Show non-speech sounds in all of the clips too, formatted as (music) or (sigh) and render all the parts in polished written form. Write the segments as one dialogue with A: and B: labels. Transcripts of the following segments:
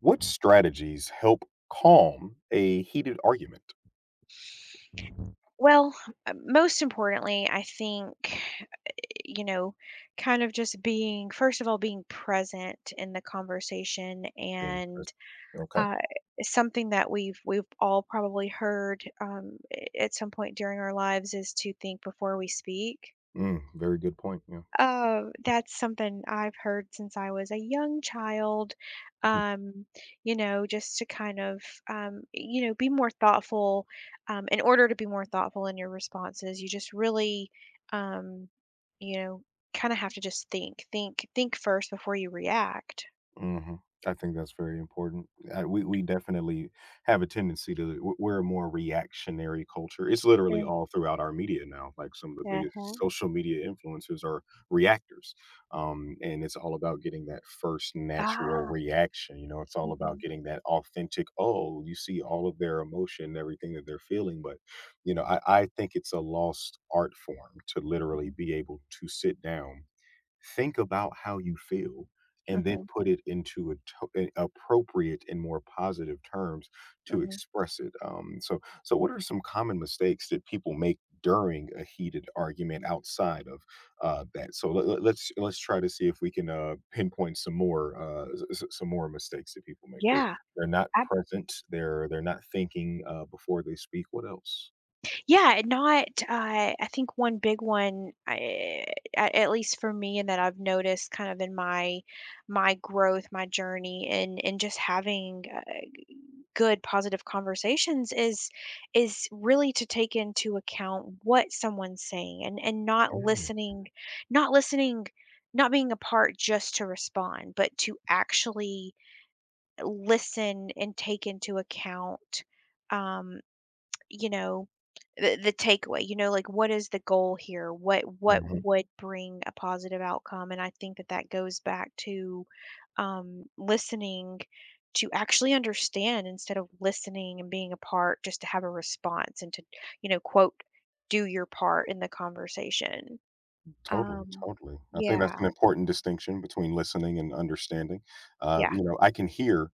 A: What strategies help calm a heated argument?
B: Well, most importantly, I think, you know, kind of just being, first of all, being present in the conversation
A: Being
B: and
A: present. Okay.
B: uh, something that we've all probably heard at some point during our lives is to think before we speak.
A: Mm, very good point. Yeah.
B: That's something I've heard since I was a young child,
A: (laughs)
B: um, just to kind of, be more thoughtful. In order to be more thoughtful in your responses, you just really, um, you know, kind of have to just think first before you react.
A: Mhm. I think that's very important. We definitely have a tendency to w we're a more reactionary culture. It's literally
B: Mm.
A: all throughout our media now. Like some of the biggest
B: Uh-huh.
A: social media influencers are reactors. And it's all about getting that first natural
B: Ah.
A: reaction, you know, it's all about
B: Hmm.
A: getting that authentic, oh, you see all of their emotion, everything that they're feeling. But, you know, I think it's a lost art form to literally
B: Hmm.
A: be able to sit down, think about how you feel, and then
B: Hmm.
A: put it into a appropriate and more positive terms to
B: Hmm.
A: express it. So what are some common mistakes that people make during a heated argument outside of that? So let's try to see if we can pinpoint some more some more mistakes that people make.
B: Yeah.
A: They're not present. They're not thinking before they speak. What else?
B: Yeah, not I think one big one, at least for me, and that I've noticed kind of in my my growth, my journey, and and just having good positive conversations is really to take into account what someone's saying and not
A: Mm,
B: listening, not listening, not being a part just to respond, but to actually listen and take into account. Um, you know, the takeaway, like what is the goal here? What
A: mhm.
B: would bring a positive outcome? And I think that that goes back to listening to actually understand instead of listening and being a part just to have a response and to, quote, do your part in the conversation.
A: Totally,
B: Um,
A: totally. I think
B: yeah,
A: that's an important distinction between listening and understanding.
B: yeah,
A: You know, I can hear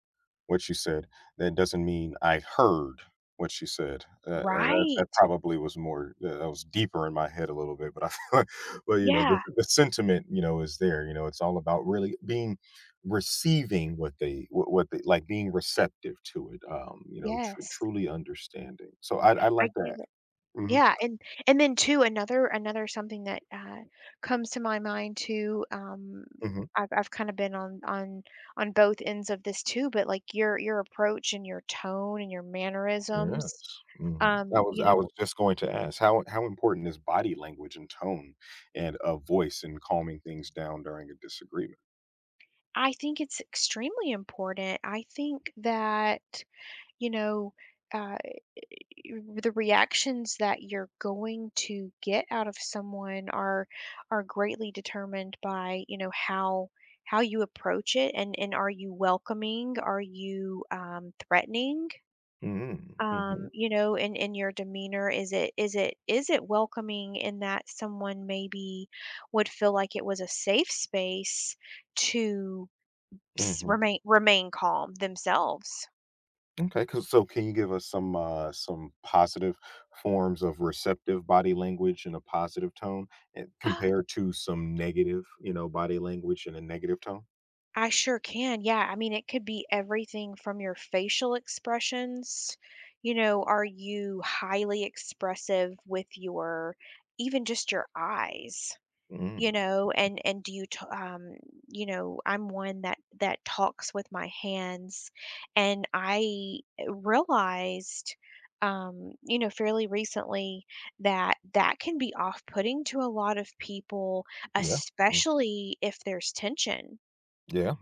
A: what you said. That doesn't mean I heard what you said. That
B: right.
A: probably was more that that was deeper in my head a little bit, but I feel like, (laughs) well, you know,
B: Yeah,
A: the sentiment, you know, is there. You know, it's all about really being receiving what they like, being receptive to it. You know,
B: yes.
A: truly understanding. So I
B: I
A: like
B: get
A: that.
B: it.
A: Hmm.
B: Yeah, and then too, another something that, comes to my mind too, I've kinda been on on both ends of this too, but, like, your approach and your tone and your
A: Yes,
B: mannerisms,
A: mhm. I
B: um,
A: was I
B: you
A: was
B: know,
A: just going to ask, how important is body language and tone and a voice in calming things down during a disagreement?
B: I think it's extremely important. I think that, you know, uh the reactions that you're going to get out of someone are greatly determined by you know how you approach it and are you welcoming are you threatening
A: Mm, mhm,
B: you know in your demeanor is it is it welcoming in that someone maybe would feel like it was a safe space to
A: mhm.
B: remain remain calm themselves.
A: Okay, 'cause so can you give us some positive forms of receptive body language and a positive tone, and compared to some negative, you know, body language and a negative tone?
B: I sure can. Yeah. I mean, it could be everything from your facial expressions. You know, are you highly expressive with your, even just your eyes? You
A: Mm,
B: know, and and I'm one that that talks with my hands, and I realized, fairly recently that that can be off-putting to a lot of people,
A: yeah, mm,
B: especially if there's tension.
A: yeah.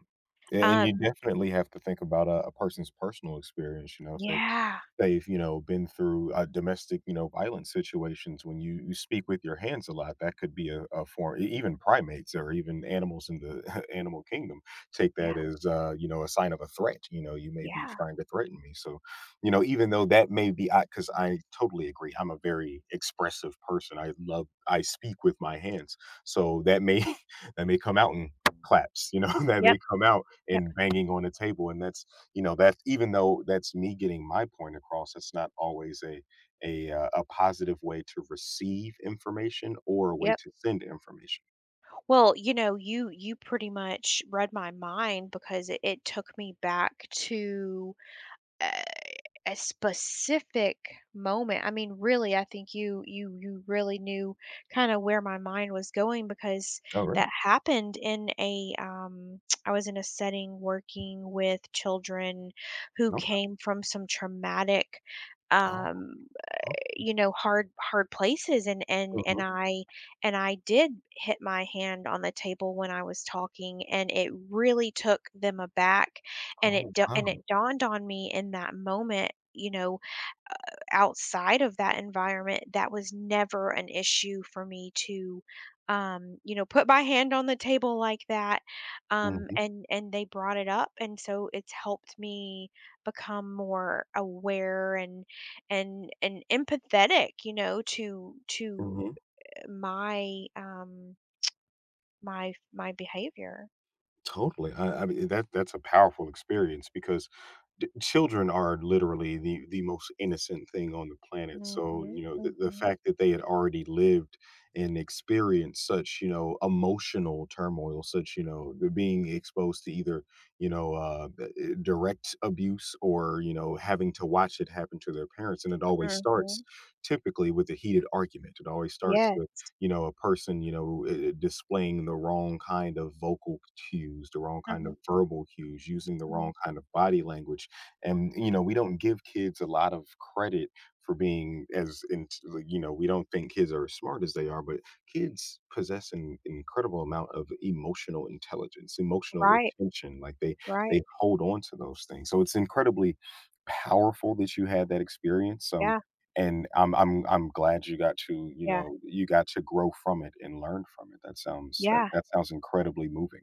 A: A- and you
B: Um,
A: definitely have to think about a person's personal experience, you know, if they've
B: Yeah,
A: they've you know been through domestic, you know, violence situations. When you speak with your hands a lot, that could be a form. E even primates or even animals in the (laughs) animal kingdom take
B: yeah,
A: that as you know, a sign of a threat. You know, you may be
B: yeah.
A: trying to threaten me. So, you know, even though that may be I because I totally agree, I'm a very expressive person. I speak with my hands, so that may (laughs) that may come out in claps, you know, (laughs) that may
B: Yep,
A: come out
B: yep,
A: and banging on the table, and that's, you know, that even though that's me getting my point across, that's not always a a positive way to receive information or a way
B: yep.
A: to send information.
B: Well, you know, you pretty much read my mind because it took me back to a, a specific moment. I mean, really, I think you you you really knew kind of where my mind was going because
A: Oh, really?
B: that happened in a (tsk) I was in a setting working with children who
A: Okay.
B: came from some traumatic
A: Oh,
B: um you know, hard hard places and and
A: oh, mhm.
B: and I and I did hit my hand on the table when I was talking and it really took them aback
A: Oh, wow.
B: and it dawned on me in that moment, you know, outside of that environment, that was never an issue for me to, you know, put my hand on the table like that. Um,
A: Mhm,
B: and and they brought it up, and so it's helped me become more aware and and empathetic, you know, to
A: mhm.
B: my my my behavior.
A: Totally. I mean, that that's a powerful experience because children are literally the most innocent thing on the planet. So,
B: Mm-hmm.
A: you know, the
B: Mm-hmm.
A: fact that they had already lived and experienced such, you know, emotional turmoil, such, you know, they're being exposed to either, you know, direct abuse, or, you know, having to watch it happen to their parents. And it always
B: Mm-hmm.
A: starts, typically, with a heated argument. It always starts
B: Yes.
A: with, you know, a person, you know, displaying the wrong kind of vocal cues, the wrong kind
B: Mm-hmm.
A: of verbal cues, using the
B: Mm-hmm.
A: wrong kind of body language. And, you know, we don't give kids a lot of credit for being as, in, like, you know, we don't think kids are as smart as they are, but kids possess an incredible amount of emotional intelligence, emotional
B: Right.
A: retention. Like
B: Right.
A: they hold on to those things. So it's incredibly powerful that you had that experience.
B: Yeah.
A: And I'm glad you got to, you
B: Yeah.
A: know, you got to grow from it and learn from it. That sounds,
B: Yeah.
A: that sounds incredibly moving.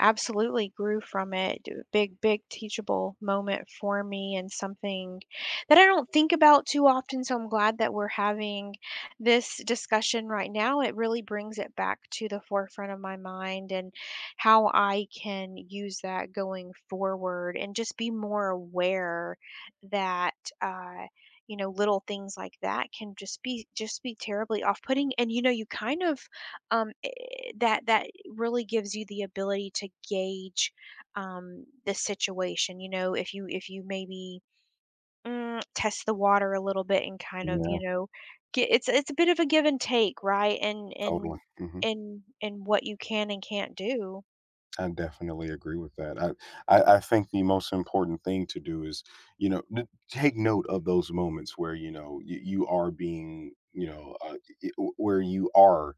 B: Absolutely grew from it. D big, big teachable moment for me and something that I don't think about too often, so I'm glad that we're having this discussion right now. It really brings it back to the forefront of my mind and how I can use that going forward and just be more aware that, uh, you know, little things like that can just be terribly off-putting, and, you know, you kind of um, eh, that that really gives you the ability to gauge the situation. You know, if you maybe test the water a little bit and kind of
A: Yeah,
B: you know, get it's a bit of a give and take, right? And
A: totally.
B: and
A: Hmm.
B: and and what you can and can't do.
A: I definitely agree with that. I think the most important thing to do is, you know, take note of those moments where, you know, you are being, you know, where you are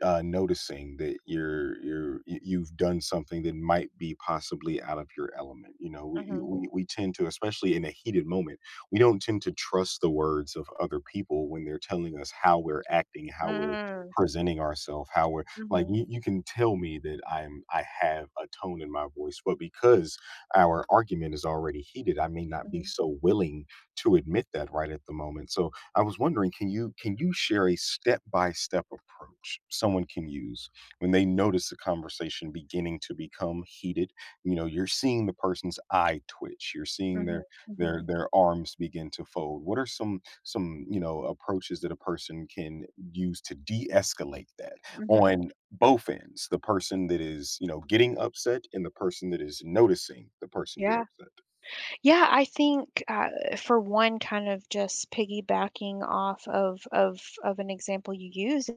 A: noticing that you've done something that might be possibly out of your element. You know,
B: Mm-hmm.
A: we tend to, especially in a heated moment, we don't tend to trust the words of other people when they're telling us how we're acting, how we're
B: Mm,
A: presenting ourselves, how we're like,
B: mhm,
A: you can tell me that I have a tone in my voice, but because our argument is already heated, I may not
B: mhm,
A: be so willing to admit that right at the moment. So I was wondering, can you share a step-by-step approach someone can use when they notice the conversation beginning to become heated? You know, you're seeing the person's eye twitch, you're seeing
B: mhm, mhm,
A: their arms begin to fold. What are some you know, approaches that a person can use to de-escalate that
B: mhm.
A: on both ends, the person that is, you know, getting upset and the person that is noticing the person get
B: Yeah.
A: upset?
B: Yeah, I think for one, kind of just piggybacking off of of an example you used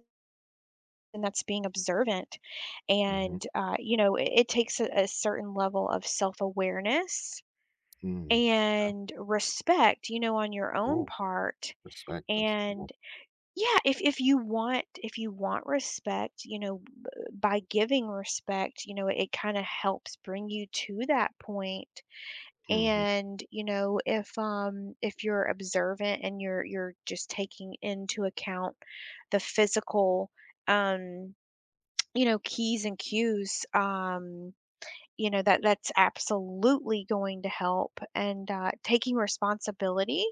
B: and that's being observant.
A: Mhm.
B: And, you know, it takes a certain level of self awareness
A: Mm.
B: and respect, you know, on your own
A: Oh,
B: part.
A: respect. That's a good
B: And yeah, if you want respect, you know, by giving respect, you know, it, kind of helps bring you to that point.
A: one.
B: And you know, if you're observant and you're just taking into account the physical um you know, keys and cues, you know, that that's absolutely going to help and taking responsibility,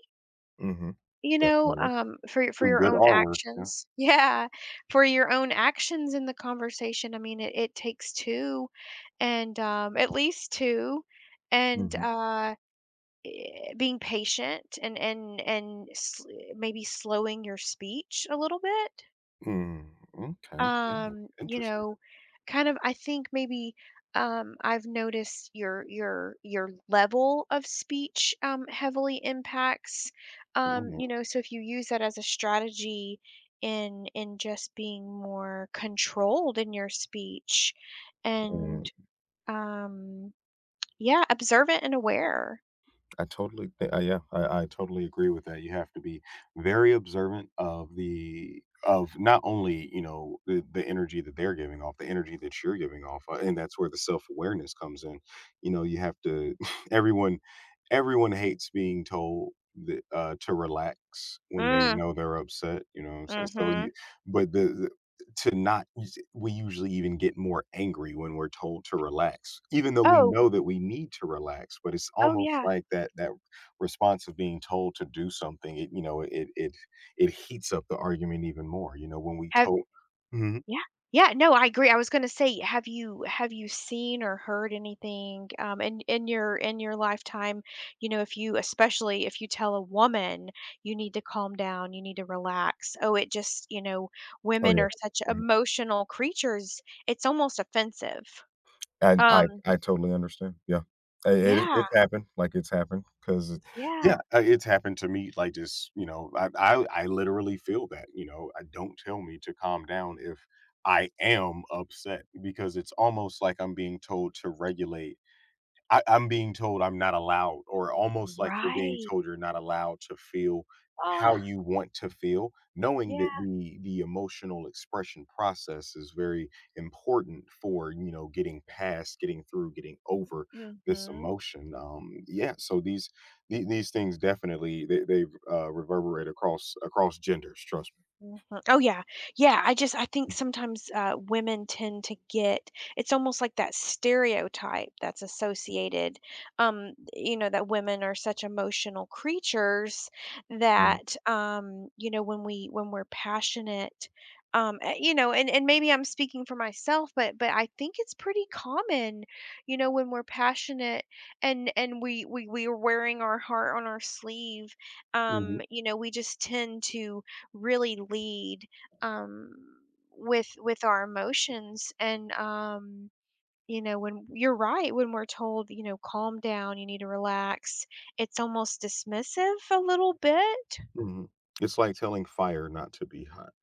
A: Mhm.
B: you know,
A: Definitely.
B: for
A: Two
B: your
A: good
B: own
A: R words, yeah.
B: actions. (laughs) Yeah, for your own actions in the conversation. I mean, it takes two, and at least two, and
A: Mhm.
B: uh, eh, being patient and maybe slowing your speech a little bit
A: Mm, okay, yeah,
B: you
A: interesting.
B: know, kind of I think maybe I've noticed your level of speech heavily impacts, you
A: Mhm.
B: know, so if you use that as a strategy in just being more controlled in your speech and
A: Mm,
B: um, yeah, observant and aware.
A: I totally th yeah, I totally agree with that. You have to be very observant of the of not only, you know, the energy that they're giving off, the energy that you're giving off, and that's where the self-awareness comes in. You know, you have to (laughs) everyone everyone hates being told that, to relax when they
B: Mm,
A: know they're upset, you know what I'm saying? So
B: mm-hmm.
A: you, but the, to not us we usually even get more angry when we're told to relax, even though we
B: Oh,
A: know that we need to relax, but it's
B: oh
A: almost
B: yeah.
A: like that response of being told to do something, it, you know, it heats up the argument even more, you know, when we
B: Have
A: told. Mhm.
B: yeah. Yeah, no, I agree. I was gonna say, have you seen or heard anything, in your lifetime, you know, if you especially if you tell a woman, you need to calm down, you need to relax. Oh, it just, you know,
A: Oh,
B: women
A: yeah.
B: are such
A: Mhm.
B: emotional creatures. It's almost offensive.
A: And
B: Um,
A: I totally understand, yeah. I it
B: yeah,
A: it happened, like, it's happened, because yeah,
B: yeah.
A: it's happened to me, like, just, you know, I literally feel that, you know, don't tell me to calm down if I am upset, because it's almost like I'm being told to regulate. I'm being told I'm not allowed, or almost like you're being
B: Right.
A: told you're not allowed to feel how
B: Ah,
A: you want to feel, knowing
B: yeah.
A: that the emotional expression process is very important for, you know, getting past, getting through, getting over this
B: Mhm.
A: emotion. Yeah, so these, these things definitely they reverberate across, across genders. Trust me.
B: Mhm. Oh, yeah. Yeah, I just I think sometimes, women tend to get it's almost like that stereotype that's associated, you know, that women are such emotional creatures that, you know, when we when we're passionate, you know, and maybe I'm speaking for myself, but I think it's pretty common, you know, when we're passionate and we are wearing our heart on our sleeve,
A: Mhm.
B: you know, we just tend to really lead um, with our emotions and you know when you're right when we're told you know calm down you need to relax it's almost dismissive a little bit.
A: Mhm. It's like telling fire not to be hot,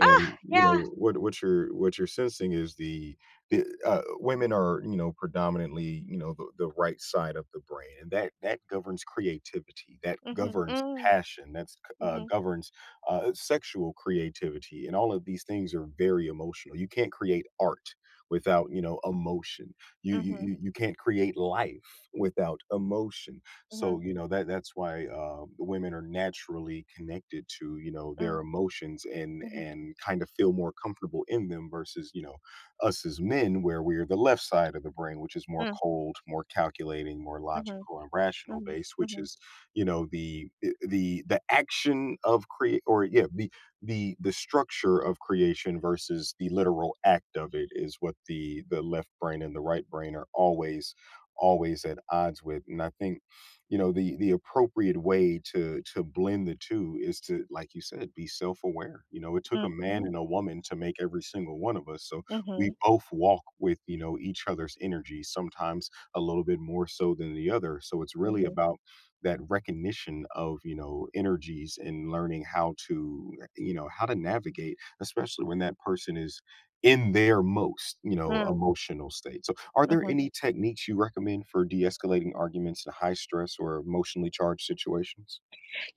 B: Ah
A: you
B: yeah.
A: know, what what you're sensing is the, uh, women are, you know, predominantly, you know, the right side of the brain, and that that governs creativity, that
B: Mhm.
A: governs
B: Mm.
A: passion, that's,
B: Mhm.
A: governs, sexual creativity, and all of these things are very emotional. You can't create art without, you know, emotion.
B: Mhm.
A: You can't create life without emotion. So,
B: Mhm.
A: you know, that that's why, the women are naturally connected to, you know, their
B: Mm.
A: emotions
B: Mhm.
A: and kind of feel more comfortable in them versus, you know, us as men, where we're the left side of the brain, which is more
B: Mm.
A: cold, more calculating, more
B: Mhm.
A: logical and rational
B: Mhm.
A: based, which
B: Mhm.
A: is, you know, the, the action of create, or yeah, the, the structure of creation versus the literal act of it is what the left brain and the right brain are always, at odds with. And I think, you know, the appropriate way to blend the two is to, like you said, be self-aware. You know, it took a man
B: Mhm.
A: and a woman to make every single one of us, so we
B: Mhm.
A: both walk with, you know, each other's energy, sometimes a little bit more so than the other. So it's really
B: Mhm.
A: about that recognition of, you know, energies and learning how to, you know, how to navigate, especially when that person is in their most, you know,
B: Mhm.
A: emotional state. So, are there
B: Mhm.
A: any techniques you recommend for de-escalating arguments in high stress or emotionally charged situations?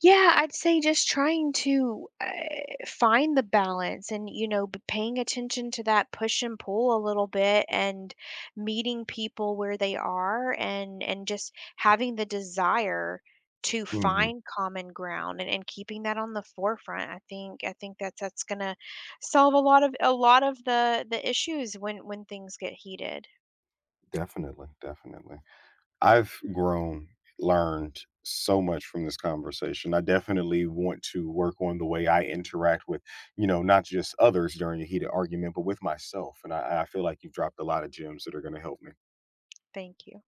B: Yeah, I'd say just trying to find the balance and, you know, paying attention to that push and pull a little bit and meeting people where they are and just having the desire to
A: Mhm.
B: find common ground and keeping that on the forefront. I think that's gonna solve a lot of the issues when things get heated.
A: Definitely, definitely. I've grown, learned so much from this conversation. I definitely want to work on the way I interact with, you know, not just others during a heated argument, but with myself. And I feel like you've dropped a lot of gems that are going to help me.
B: Thank you.